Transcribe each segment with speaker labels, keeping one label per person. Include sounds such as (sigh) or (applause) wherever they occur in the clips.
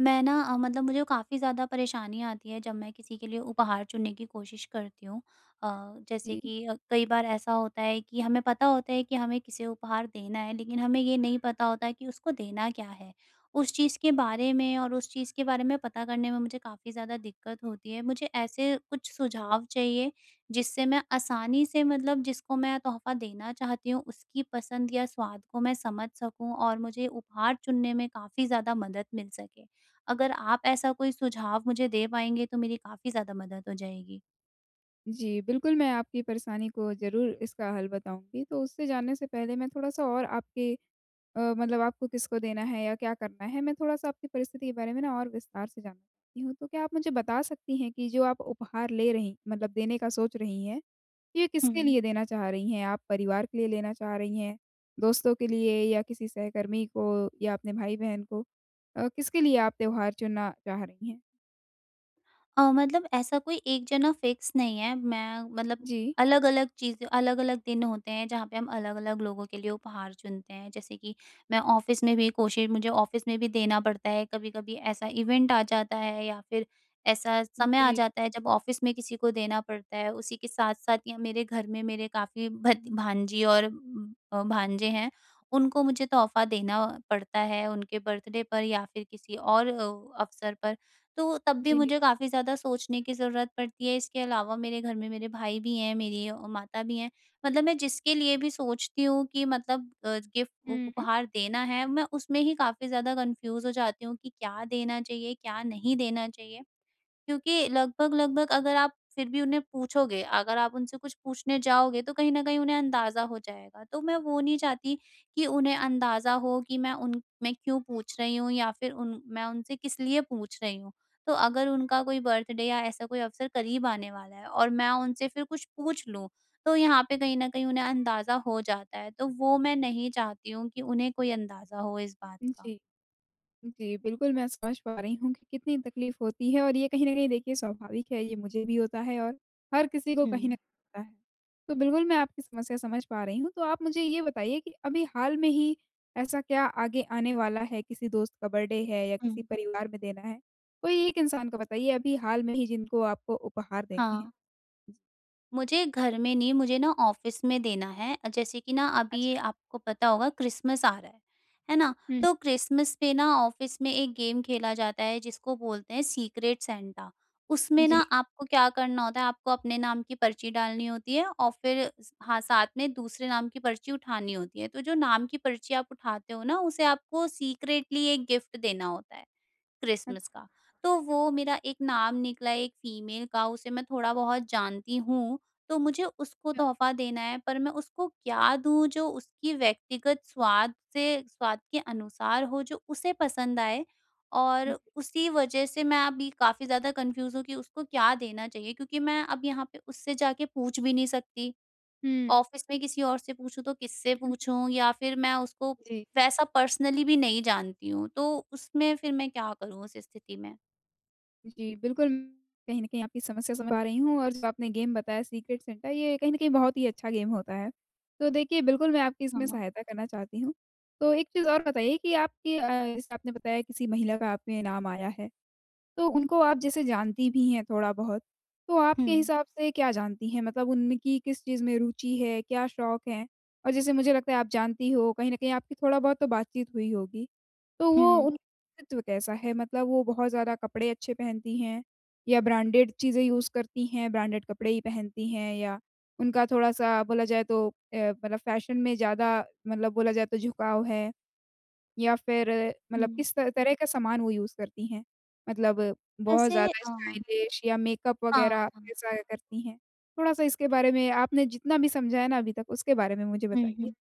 Speaker 1: मैं ना मतलब मुझे काफ़ी ज़्यादा परेशानी आती है जब मैं किसी के लिए उपहार चुनने की कोशिश करती हूँ। अ, जैसे
Speaker 2: जी,
Speaker 1: कि कई बार ऐसा होता है कि हमें पता होता है कि हमें किसे उपहार देना है, लेकिन हमें ये नहीं पता होता है कि उसको देना क्या है। उस चीज़ के बारे में और उस चीज़ के बारे में पता करने में मुझे काफ़ी ज़्यादा दिक्कत होती है। मुझे ऐसे कुछ सुझाव चाहिए जिससे मैं आसानी से मतलब जिसको मैं तोहफ़ा देना चाहती हूँ उसकी पसंद या स्वाद को मैं समझ सकूँ, और मुझे उपहार चुनने में काफ़ी ज़्यादा मदद मिल सके। अगर आप ऐसा कोई सुझाव मुझे दे पाएँगे तो मेरी काफ़ी ज़्यादा मदद हो जाएगी।
Speaker 2: जी, बिल्कुल मैं आपकी परेशानी को ज़रूर इसका हल बताऊँगी। तो उससे जानने से पहले मैं थोड़ा-सा और आपके मतलब आपको किसको देना है या क्या करना है, मैं थोड़ा-सा आपकी परिस्थिति के बारे में ना और विस्तार से जानना चाहती हूँ। तो क्या आप मुझे बता सकती हैं कि जो आप उपहार ले रही मतलब देने का सोच रही हैं, ये किसके
Speaker 1: हुँ।
Speaker 2: लिए देना चाह रही हैं? आप परिवार के लिए लेना चाह रही हैं, दोस्तों के लिए या किसी सहकर्मी को या अपने भाई-बहन को? किसके लिए आप त्योहार चुनना चाह रही हैं?
Speaker 1: मतलब ऐसा कोई एक जना फिक्स नहीं है। मैं मतलब
Speaker 2: जी।
Speaker 1: अलग-अलग चीज़ें अलग-अलग दिन होते हैं जहाँ पे हम अलग-अलग लोगों के लिए उपहार चुनते हैं। जैसे कि मैं ऑफ़िस में भी कोशिश मुझे ऑफ़िस में भी देना पड़ता है। कभी-कभी ऐसा इवेंट आ जाता है या फिर ऐसा समय आ
Speaker 2: जी।
Speaker 1: जाता है जब ऑफ़िस में किसी को देना पड़ता है। उसी के साथ-साथ या मेरे घर में मेरे काफ़ी भत भांजी और भांजे हैं, उनको मुझे तोहफ़ा देना पड़ता है उनके बर्थडे पर या फिर किसी और अवसर पर। तो तब भी
Speaker 2: जी।
Speaker 1: मुझे काफ़ी ज़्यादा सोचने की ज़रूरत पड़ती है। इसके अलावा मेरे घर में मेरे भाई भी हैं, मेरी माता भी हैं। मतलब मैं जिसके लिए भी सोचती हूँ कि मतलब गिफ्ट उ
Speaker 2: हुँ, हुँ।
Speaker 1: उपहार देना है, मैं उसमें ही काफ़ी ज़्यादा कन्फ्यूज़ हो जाती हूँ कि क्या देना चाहिए, क्या नहीं देना चाहिए। क्योंकि लगभग-लगभग अगर आप फिर भी उन्हें पूछोगे, अगर आप उनसे कुछ पूछने जाओगे तो कहीं न कहीं उन्हें अंदाज़ा हो जाएगा। तो मैं वो नहीं चाहती कि उन्हें अंदाज़ा हो कि मैं उन मैं क्यों पूछ रही हूँ, या फिर उन मैं उनसे किस लिए पूछ रही हूँ। तो अगर उनका कोई बर्थडे या ऐसा कोई अवसर करीब आने वाला है और मैं उनसे फिर कुछ पूछ लूँ, तो यहाँ पे कहीं न कहीं उन्हें अंदाज़ा हो जाता है। तो वो मैं नहीं चाहती हूँ कि उन्हें कोई अंदाज़ा हो इस बात का।
Speaker 2: जी। जी, बिल्कुल मैं समझ पा रही हूँ कि कितनी तकलीफ़ होती है और ये कहीं न कहीं देखिए स्वाभाविक है, ये मुझे भी होता है और हर किसी को कहीं न
Speaker 1: हुँ,
Speaker 2: होता है। तो बिल्कुल मैं आपकी समस्या समझ पा रही हूँ, तो आप मुझे ये बताइए कि अभी हाल में ही ऐसा क्या आगे आने वाला है, किसी दोस्त का बर्थडे है या किसी
Speaker 1: हुँ।
Speaker 2: परिवार में देना है? कोई एक इंसान का बताइए अभी हाल में ही जिनको आपको उपहार देने हैं।
Speaker 1: हाँ। मुझे घर में नहीं, मुझे ना ऑफिस में देना है। जैसे कि ना अभी ये
Speaker 2: अच्छा,
Speaker 1: आपको पता होगा, क्रिसमस आ रहा है ना?
Speaker 2: हुँ,
Speaker 1: तो क्रिसमस पे ना ऑफिस में एक गेम खेला जाता है जिसको बोलते हैं सीक्रेट सेंटा। उसमें
Speaker 2: जी,
Speaker 1: ना आपको क्या करना होता है, आपको अपने नाम की पर्ची डालनी होती है और फिर हाँ, साथ में दूसरे नाम की पर्ची उठानी होती है, तो जो नाम की पर्ची आप उठाते हो ना उसे आपको सीक्रेटली एक गिफ्ट देना होता है
Speaker 2: अच्छा,
Speaker 1: क्रिसमस का। तो वो मेरा एक नाम निकला एक फीमेल का, उसे मैं थोड़ा-बहुत जानती हूँ, तो मुझे उसको तोहफ़ा देना है, पर मैं उसको क्या दूँ जो उसकी व्यक्तिगत स्वाद के अनुसार हो, जो उसे पसंद आए।
Speaker 2: जी,
Speaker 1: और उसी वजह से मैं अभी काफ़ी ज़्यादा कन्फ्यूज़ हूँ कि उसको क्या देना चाहिए, क्योंकि मैं अब यहाँ पे उससे जाके पूछ भी नहीं सकती।
Speaker 2: हुँ,
Speaker 1: ऑफिस में किसी और से पूछूँ तो किससे
Speaker 2: (laughs)
Speaker 1: पूछूँ, या फिर मैं उसको
Speaker 2: जी।
Speaker 1: वैसा पर्सनली भी नहीं जानती हूँ, तो उसमें फिर मैं क्या करूँ उस स्थिति में?
Speaker 2: जी, बिल्कुल, कहीं न कहीं आपकी समस्या समझ पा रही हूँ और जो आपने गेम बताया सीक्रेट सेंटा ये कहीं न कहीं बहुत ही अच्छा गेम होता है। तो देखिए बिल्कुल मैं आपकी इसमें
Speaker 1: हाँ।
Speaker 2: सहायता करना चाहती हूँ। तो एक चीज़ और बताइए कि आपकी जैसे आपने बताया किसी महिला का आप में नाम आया है। तो उनको आप जैसे जानती भी हैं थोड़ा बहुत, तो आपके
Speaker 1: हुँ,
Speaker 2: हिसाब से क्या जानती हैं? मतलब उनकी किस चीज़ में रुचि है, क्या शौक हैं? और जैसे मुझे लगता है आप जानती हो, कहीं न कहीं आपकी थोड़ा बहुत तो बातचीत हुई होगी। तो वो
Speaker 1: हुँ,
Speaker 2: उनका व्यक्तित्व कैसा है? मतलब वो बहुत ज़्यादा कपड़े अच्छे पहनती हैं या ब्रांडेड चीज़ें यूज़ करती हैं, ब्रांडेड कपड़े ही पहनती हैं या उनका थोड़ा-सा बोला जाए तो मतलब फ़ैशन में ज़्यादा मतलब बोला जाए तो झुकाव है? या फिर
Speaker 1: हुँ।
Speaker 2: मतलब किस त तरह का सामान वो यूज़ करती हैं? मतलब बहुत
Speaker 1: ऐसे
Speaker 2: ज़्यादा स्टाइलिश या मेकअप वग़ैरह
Speaker 1: हाँ, हाँ।
Speaker 2: कैसा करती हैं? थोड़ा-सा इसके बारे में आपने जितना भी समझा है ना अभी तक उसके बारे में मुझे
Speaker 1: हुँ,
Speaker 2: बताइए?
Speaker 1: हुँ।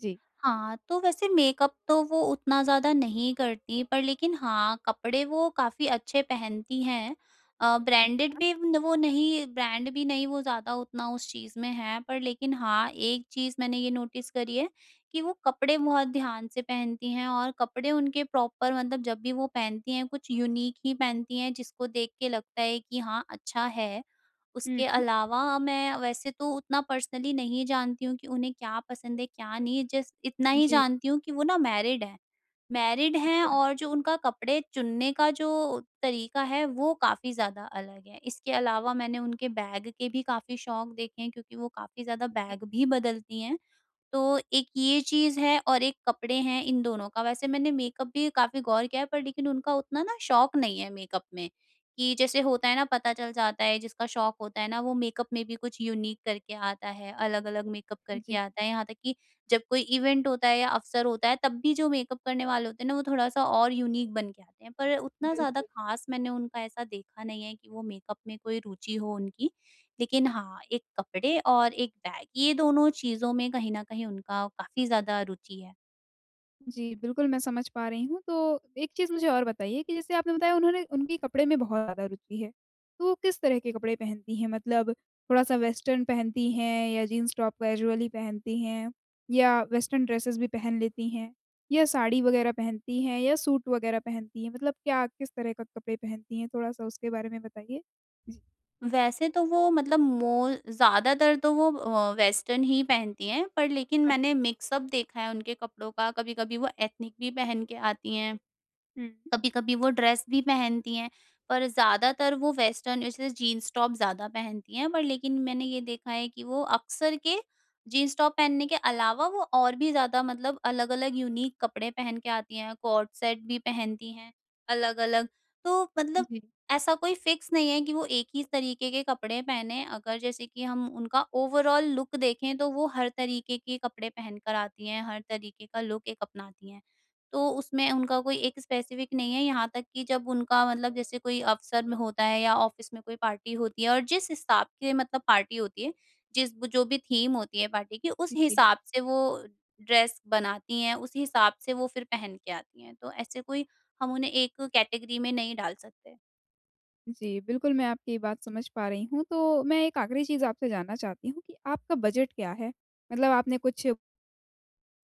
Speaker 2: जी।
Speaker 1: हाँ, तो वैसे मेकअप तो वो उतना ज़्यादा नहीं करती, पर लेकिन हाँ, कपड़े वो काफ़ी अच्छे पहनती हैं। ब्रांडेड
Speaker 2: अच्छा।
Speaker 1: भी न, वो नहीं, ब्रांड भी नहीं, वो ज़्यादा उतना उस चीज़ में है, पर लेकिन हाँ, एक चीज़ मैंने ये नोटिस करी है कि वो कपड़े बहुत ध्यान से पहनती हैं, और कपड़े उनके प्रॉपर मतलब जब भी वो पहनती हैं कुछ यूनिक ही पहनती हैं जिसको देख के लगता है कि हाँ, अच्छा है।
Speaker 2: हुँ।
Speaker 1: उसके अलावा मैं वैसे तो उतना पर्सनली नहीं जानती हूँ कि उन्हें क्या पसंद है क्या नहीं, जस्ट इतना ही
Speaker 2: जी।
Speaker 1: जानती हूँ कि वो ना मैरिड हैं,
Speaker 2: अच्छा।
Speaker 1: और जो उनका कपड़े चुनने का जो तरीका है वो काफ़ी ज़्यादा अलग है। इसके अलावा मैंने उनके बैग के भी काफ़ी शौक देखे हैं, क्योंकि वो काफ़ी ज़्यादा
Speaker 2: जी,
Speaker 1: बैग भी बदलती हैं, तो एक ये चीज़ है और एक कपड़े हैं इन दोनों का। वैसे मैंने मेकअप भी काफ़ी गौर किया है, पर लेकिन उनका उतना ना शौक नहीं है मेकअप में, कि जैसे होता है ना पता चल जाता है जिसका शौक होता है ना वो मेकअप में भी कुछ यूनिक करके आता है, अलग-अलग मेकअप करके
Speaker 2: जी।
Speaker 1: आता है। यहाँ तक कि जब कोई इवेंट होता है या अवसर होता है तब भी जो मेकअप करने वाले होते हैं ना वो थोड़ा-सा और यूनिक बन के आते हैं। पर उतना ज़्यादा
Speaker 2: बिल्कुल।
Speaker 1: ख़ास मैंने उनका ऐसा देखा नहीं है कि वो मेकअप में कोई रुचि हो उनकी। लेकिन हाँ, एक कपड़े और एक बैग, ये दोनों चीज़ों में कहीं न कहीं उनका काफ़ी ज़्यादा रुचि है।
Speaker 2: जी, बिल्कुल मैं समझ पा रही हूँ। तो एक चीज़ मुझे और बताइए कि जैसे आपने बताया उन्होंने उनकी कपड़े में बहुत ज़्यादा रुचि है। तो वो किस तरह के कपड़े पहनती हैं? मतलब थोड़ा-सा वेस्टर्न पहनती हैं या जीन्स टॉप कैजुअली पहनती हैं या वेस्टर्न ड्रेसेस भी पहन लेती हैं या साड़ी वग़ैरह पहनती हैं या सूट वग़ैरह पहनती हैं? मतलब क्या किस तरह का कपड़े पहनती हैं? थोड़ा-सा उसके बारे में बताइए? जी।
Speaker 1: वैसे तो वो मतलब मो ज़्यादातर तो वो वेस्टर्न ही पहनती हैं, पर लेकिन
Speaker 2: अच्छा।
Speaker 1: मैंने मिक्स अप देखा है उनके कपड़ों का, कभी-कभी वो एथनिक भी पहन के आती हैं।
Speaker 2: हुँ।
Speaker 1: कभी-कभी वो ड्रेस भी पहनती हैं, पर ज़्यादातर वो वेस्टर्न जैसे जीन्स टॉप ज़्यादा पहनती हैं, पर लेकिन मैंने ये देखा है कि वो अक्सर के जीन्स टॉप पहनने के अलावा वो और भी ज़्यादा मतलब अलग-अलग यूनिक कपड़े पहन के आती हैं, कोट सेट भी पहनती हैं अलग-अलग। तो मतलब
Speaker 2: जी,
Speaker 1: ऐसा कोई फिक्स नहीं है कि वो एक ही तरीके के कपड़े पहने, अगर जैसे कि हम उनका ओवरऑल लुक देखें, तो वो हर तरीके के कपड़े पहन कर आती हैं, हर तरीके का लुक एक अपनाती हैं। तो उसमें उनका कोई एक स्पेसिफिक नहीं है, यहाँ तक कि जब उनका मतलब जैसे कोई अवसर में होता है या ऑफ़िस में कोई पार्टी होती है और जिस हिसाब की मतलब पार्टी होती है, जिस जो भी थीम होती है पार्टी की, उस
Speaker 2: जी।
Speaker 1: हिसाब से वो ड्रेस बनाती हैं, उस हिसाब से वो फिर पहन के आती हैं। तो ऐसे कोई हम उन्हें एक कैटेगरी में नहीं डाल सकते।
Speaker 2: जी, बिल्कुल मैं आपकी बात समझ पा रही हूँ। तो मैं एक आखिरी चीज़ आपसे जानना चाहती हूँ कि आपका बजट क्या है? मतलब आपने कुछ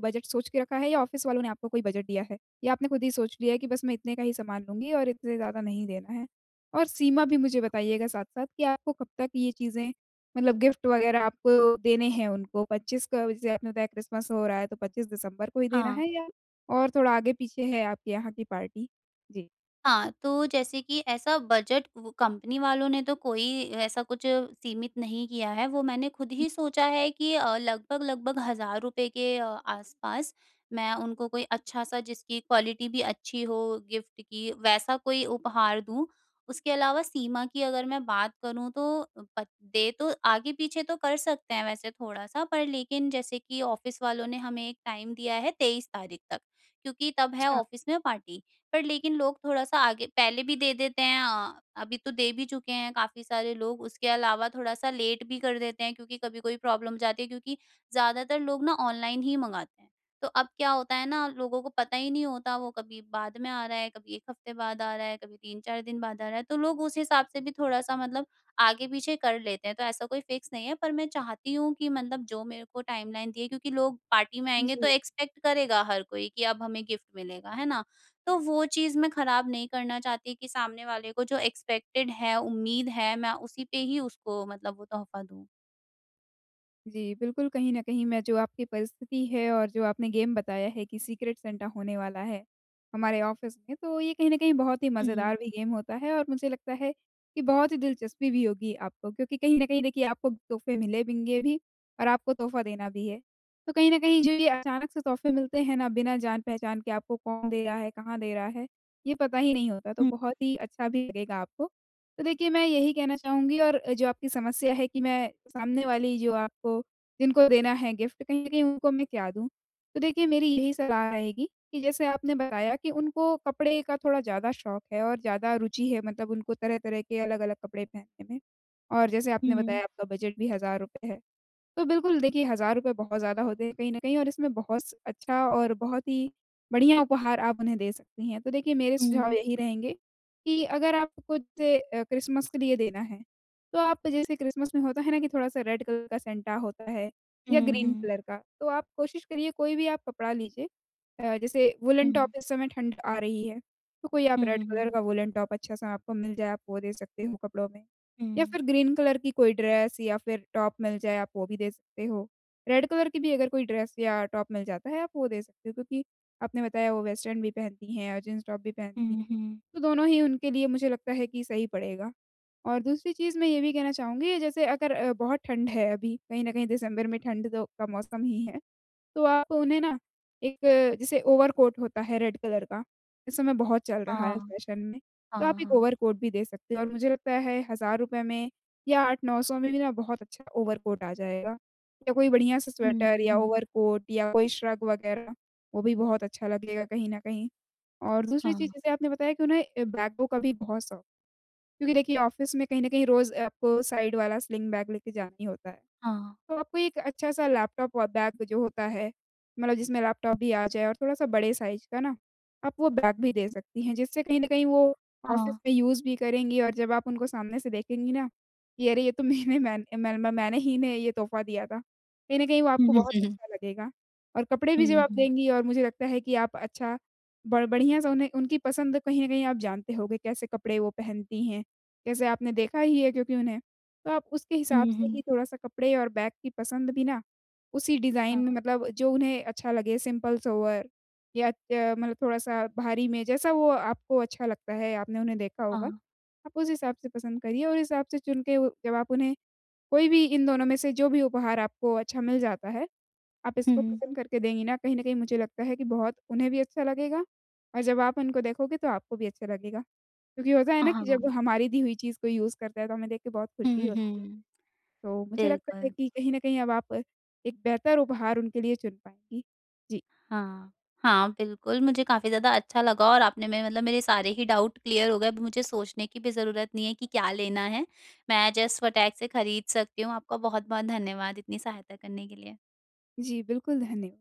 Speaker 2: बजट सोच के रखा है या ऑफ़िस वालों ने आपको कोई बजट दिया है? या आपने खुद ही सोच लिया है कि बस मैं इतने का ही सामान लूँगी और इससे ज़्यादा नहीं देना है? और सीमा भी मुझे बताइएगा साथ-साथ कि आपको कब तक ये चीज़ें मतलब गिफ्ट वग़ैरह आपको देने हैं उनको। 25 का जैसे आपने बताया क्रिसमस हो रहा है, तो 25 दिसंबर को ही देना
Speaker 1: हाँ।
Speaker 2: है या और थोड़ा आगे-पीछे है आपके यहाँ की पार्टी? जी।
Speaker 1: हाँ, तो जैसे कि ऐसा बजट वो कंपनी वालों ने तो कोई ऐसा कुछ सीमित नहीं किया है, वो मैंने खुद ही सोचा है कि लगभग-लगभग 1000 रुपए के आसपास मैं उनको कोई अच्छा-सा जिसकी क्वालिटी भी अच्छी हो गिफ्ट की, वैसा कोई उपहार दूँ। उसके अलावा सीमा की अगर मैं बात करूँ तो अ, प दे तो आगे-पीछे तो कर सकते हैं वैसे थोड़ा-सा, पर लेकिन जैसे कि ऑफ़िस वालों ने हमें एक टाइम दिया है 23 तारीख तक, क्योंकि तब है
Speaker 2: अच्छा,
Speaker 1: ऑफ़िस में पार्टी। पर लेकिन लोग थोड़ा-सा आगे पहले भी दे देते हैं, अभी तो दे भी चुके हैं काफ़ी सारे लोग। उसके अलावा थोड़ा-सा लेट भी कर देते हैं क्योंकि कभी कोई प्रॉब्लम हो जाती है, क्योंकि ज़्यादातर लोग ना ऑनलाइन ही मँगाते हैं। तो अब क्या होता है ना, लोगों को पता ही नहीं होता, वो कभी बाद में आ रहा है, कभी 1 हफ्ते बाद आ रहा है, कभी 3-4 दिन बाद आ रहा है। तो लोग उस हिसाब से भी थोड़ा-सा मतलब आगे-पीछे कर लेते हैं। तो ऐसा कोई फिक्स नहीं है, पर मैं चाहती हूँ कि मतलब जो मेरे को टाइमलाइन दी है, क्योंकि लोग पार्टी में आएँगे तो
Speaker 2: जी।
Speaker 1: एक्सपेक्ट करेगा हर कोई कि अब हमें गिफ्ट मिलेगा, है ना? तो वो चीज़ मैं खराब नहीं करना चाहती कि सामने वाले को जो एक्सपेक्टेड है, उम्मीद है, मैं उसी पे ही उसको मतलब वो तोहफ़ा दूँ।
Speaker 2: जी, बिल्कुल कहीं न कहीं मैं जो आपकी परिस्थिति है और जो आपने गेम बताया है कि सीक्रेट सेंटा होने वाला है, हमारे ऑफ़िस में तो ये कहीं न कहीं बहुत ही
Speaker 1: हुँ,
Speaker 2: मज़ेदार भी गेम होता है और मुझे लगता है कि बहुत ही दिलचस्पी भी होगी आपको, क्योंकि कहीं न कहीं देखिए आपको तोहफ़े मिले-बिंगे भी और आपको तोहफ़ा देना भी है। तो कहीं न कहीं जो ये अचानक से तोहफ़े मिलते हैं ना बिना जान-पहचान के, आपको कौन दे रहा है, कहाँ दे रहा है, ये पता ही नहीं होता तो
Speaker 1: हुँ,
Speaker 2: बहुत ही अच्छा भी लगेगा आपको। तो देखिए, मैं यही कहना चाहूँगी और जो आपकी समस्या है कि मैं सामने वाली जो आपको जिनको देना है गिफ्ट, कहीं न कहीं उनको मैं क्या दूँ? तो देखिए, मेरी यही सलाह रहेगी कि जैसे आपने बताया कि उनको कपड़े का थोड़ा ज़्यादा शौक है और ज़्यादा रुचि है, मतलब उनको तरह-तरह के अलग-अलग कपड़े पहनने में। और जैसे आपने
Speaker 1: हुँ,
Speaker 2: बताया
Speaker 1: हुँ,
Speaker 2: आपका बजट भी ₹1,000 है। तो बिल्कुल देखिए, ₹1000 बहुत ज़्यादा होते हैं कहीं न कहीं और इसमें बहुत स अच्छा और बहुत ही बढ़िया उपहार आप उन्हें दे सकती हैं। तो देखिए मेरे सुझाव
Speaker 1: हुँ,
Speaker 2: यही रहेंगे कि अगर आपको जैसे क्रिसमस के लिए देना है, तो आप जैसे क्रिसमस में होता है ना कि थोड़ा-सा रेड कलर का सेंटा होता है या
Speaker 1: हुँ,
Speaker 2: ग्रीन
Speaker 1: हुँ,
Speaker 2: कलर का, तो आप कोशिश करिए कोई भी आप कपड़ा लीजिए। जैसे वूलन टॉप इस समय ठंड आ रही है, तो कोई आप रेड कलर
Speaker 1: हुँ,
Speaker 2: का वूलन टॉप अच्छा-सा आपको मिल जाए, आप वो दे सकते हो कपड़ों में।
Speaker 1: हुँ,
Speaker 2: या फिर ग्रीन कलर की कोई ड्रेस या फिर टॉप मिल जाए आप वो भी दे सकते हो। रेड कलर की भी अगर कोई ड्रेस या टॉप मिल जाता है आप वो दे सकते हो, क्योंकि आपने बताया वो वेस्टर्न भी पहनती हैं और जीन्स टॉप भी पहनती हैं।
Speaker 1: हुँ, हुँ।
Speaker 2: तो दोनों ही उनके लिए मुझे लगता है कि सही पड़ेगा। और दूसरी चीज़ मैं ये भी कहना चाहूँगी जैसे अगर बहुत ठंड है अभी, कहीं न कहीं दिसंबर में ठंड तो का मौसम ही है, तो आप उन्हें ना एक जैसे ओवरकोट होता है रेड कलर का, इस समय बहुत चल रहा है
Speaker 1: हाँ,
Speaker 2: फैशन में, तो आप
Speaker 1: हाँ,
Speaker 2: एक
Speaker 1: हाँ।
Speaker 2: ओवरकोट भी दे सकते हो और मुझे लगता है ₹1,000 में या 800-900 में भी ना बहुत अच्छा ओवरकोट आ जाएगा। या कोई बढ़िया-सा स्वेटर
Speaker 1: हुँ,
Speaker 2: या
Speaker 1: हुँ,
Speaker 2: ओवरकोट या कोई श्रग वग़ैरह, वो भी बहुत अच्छा लगेगा कहीं न कहीं। और दूसरी
Speaker 1: हाँ,
Speaker 2: चीज़ जैसे आपने बताया कि उन्हें बैग का भी बहुत शौक, क्योंकि देखिए ऑफ़िस में कहीं न कहीं रोज़ आपको साइड वाला स्लिंग बैग लेके जाना ही होता है।
Speaker 1: हाँ,
Speaker 2: तो आपको एक अच्छा-सा लैपटॉप और बैग जो होता है, मतलब जिसमें लैपटॉप भी आ जाए और थोड़ा-सा बड़े साइज़ का ना, आप वो बैग भी दे सकती हैं, जिससे कहीं न कहीं वो ऑफ़िस
Speaker 1: हाँ।
Speaker 2: में यूज़ भी करेंगी और जब आप उनको सामने से देखेंगी ना, कि अरे! ये तो मैंने मैन मैं मैंने ही इन्हें ये तोहफ़ा दिया था। कहीं न कहीं वो
Speaker 1: हुँ,
Speaker 2: आपको बहुत
Speaker 1: हुँ,
Speaker 2: अच्छा लगेगा और कपड़े भी जब आप
Speaker 1: हुँ,
Speaker 2: देंगी और मुझे लगता है कि आप अच्छा ब बढ़िया-सा उन्हें उनकी पसंद कहीं न कहीं आप जानते होंगे, कैसे कपड़े वो पहनती हैं, कैसे आपने देखा ही है क्योंकि उन्हें तो आप उसके हिसाब
Speaker 1: हुँ,
Speaker 2: से ही
Speaker 1: हुँ,
Speaker 2: थोड़ा-सा कपड़े और बैग की पसंद भी ना उसी डिज़ाइन में,
Speaker 1: हाँ।
Speaker 2: मतलब जो उन्हें अच्छा लगे सिंपल सोवर या मतलब थोड़ा-सा भारी में जैसा वो आपको अच्छा लगता है, आपने उन्हें देखा होगा,
Speaker 1: हाँ,
Speaker 2: आप उस हिसाब से पसंद करिए और हिसाब से चुन के वो जब आप उन्हें, कोई भी इन दोनों में से जो भी उपहार आपको अच्छा मिल जाता है, आप इसको
Speaker 1: हुँ,
Speaker 2: पसंद करके देंगी ना, कहीं न कहीं मुझे लगता है कि बहुत उन्हें भी अच्छा लगेगा और जब आप उनको देखोगे तो आपको भी अच्छा लगेगा। क्योंकि होता है ना कि जब
Speaker 1: हाँ,
Speaker 2: हमारी दी हुई चीज़ कोई यूज़ करता है तो हमें देख के बहुत खुशी
Speaker 1: हुँ,
Speaker 2: होती है।
Speaker 1: हुँ।
Speaker 2: तो मुझे लगता है
Speaker 1: बिल्कुल।
Speaker 2: कि कहीं न कहीं अब आप एक बेहतर उपहार उनके लिए चुन पाएँगी। जी।
Speaker 1: हाँ, हाँ, बिल्कुल, मुझे काफ़ी ज़्यादा अच्छा लगा और आपने में मतलब मेरे सारे ही डाउट क्लियर हो गए, अब मुझे सोचने की भी ज़रूरत नहीं है कि क्या लेना है। मैं जस्ट फटाक से खरीद सकती हूँ। आपका बहुत-बहुत धन्यवाद इतनी सहायता करने के लिए।
Speaker 2: जी, बिल्कुल धन्यवाद।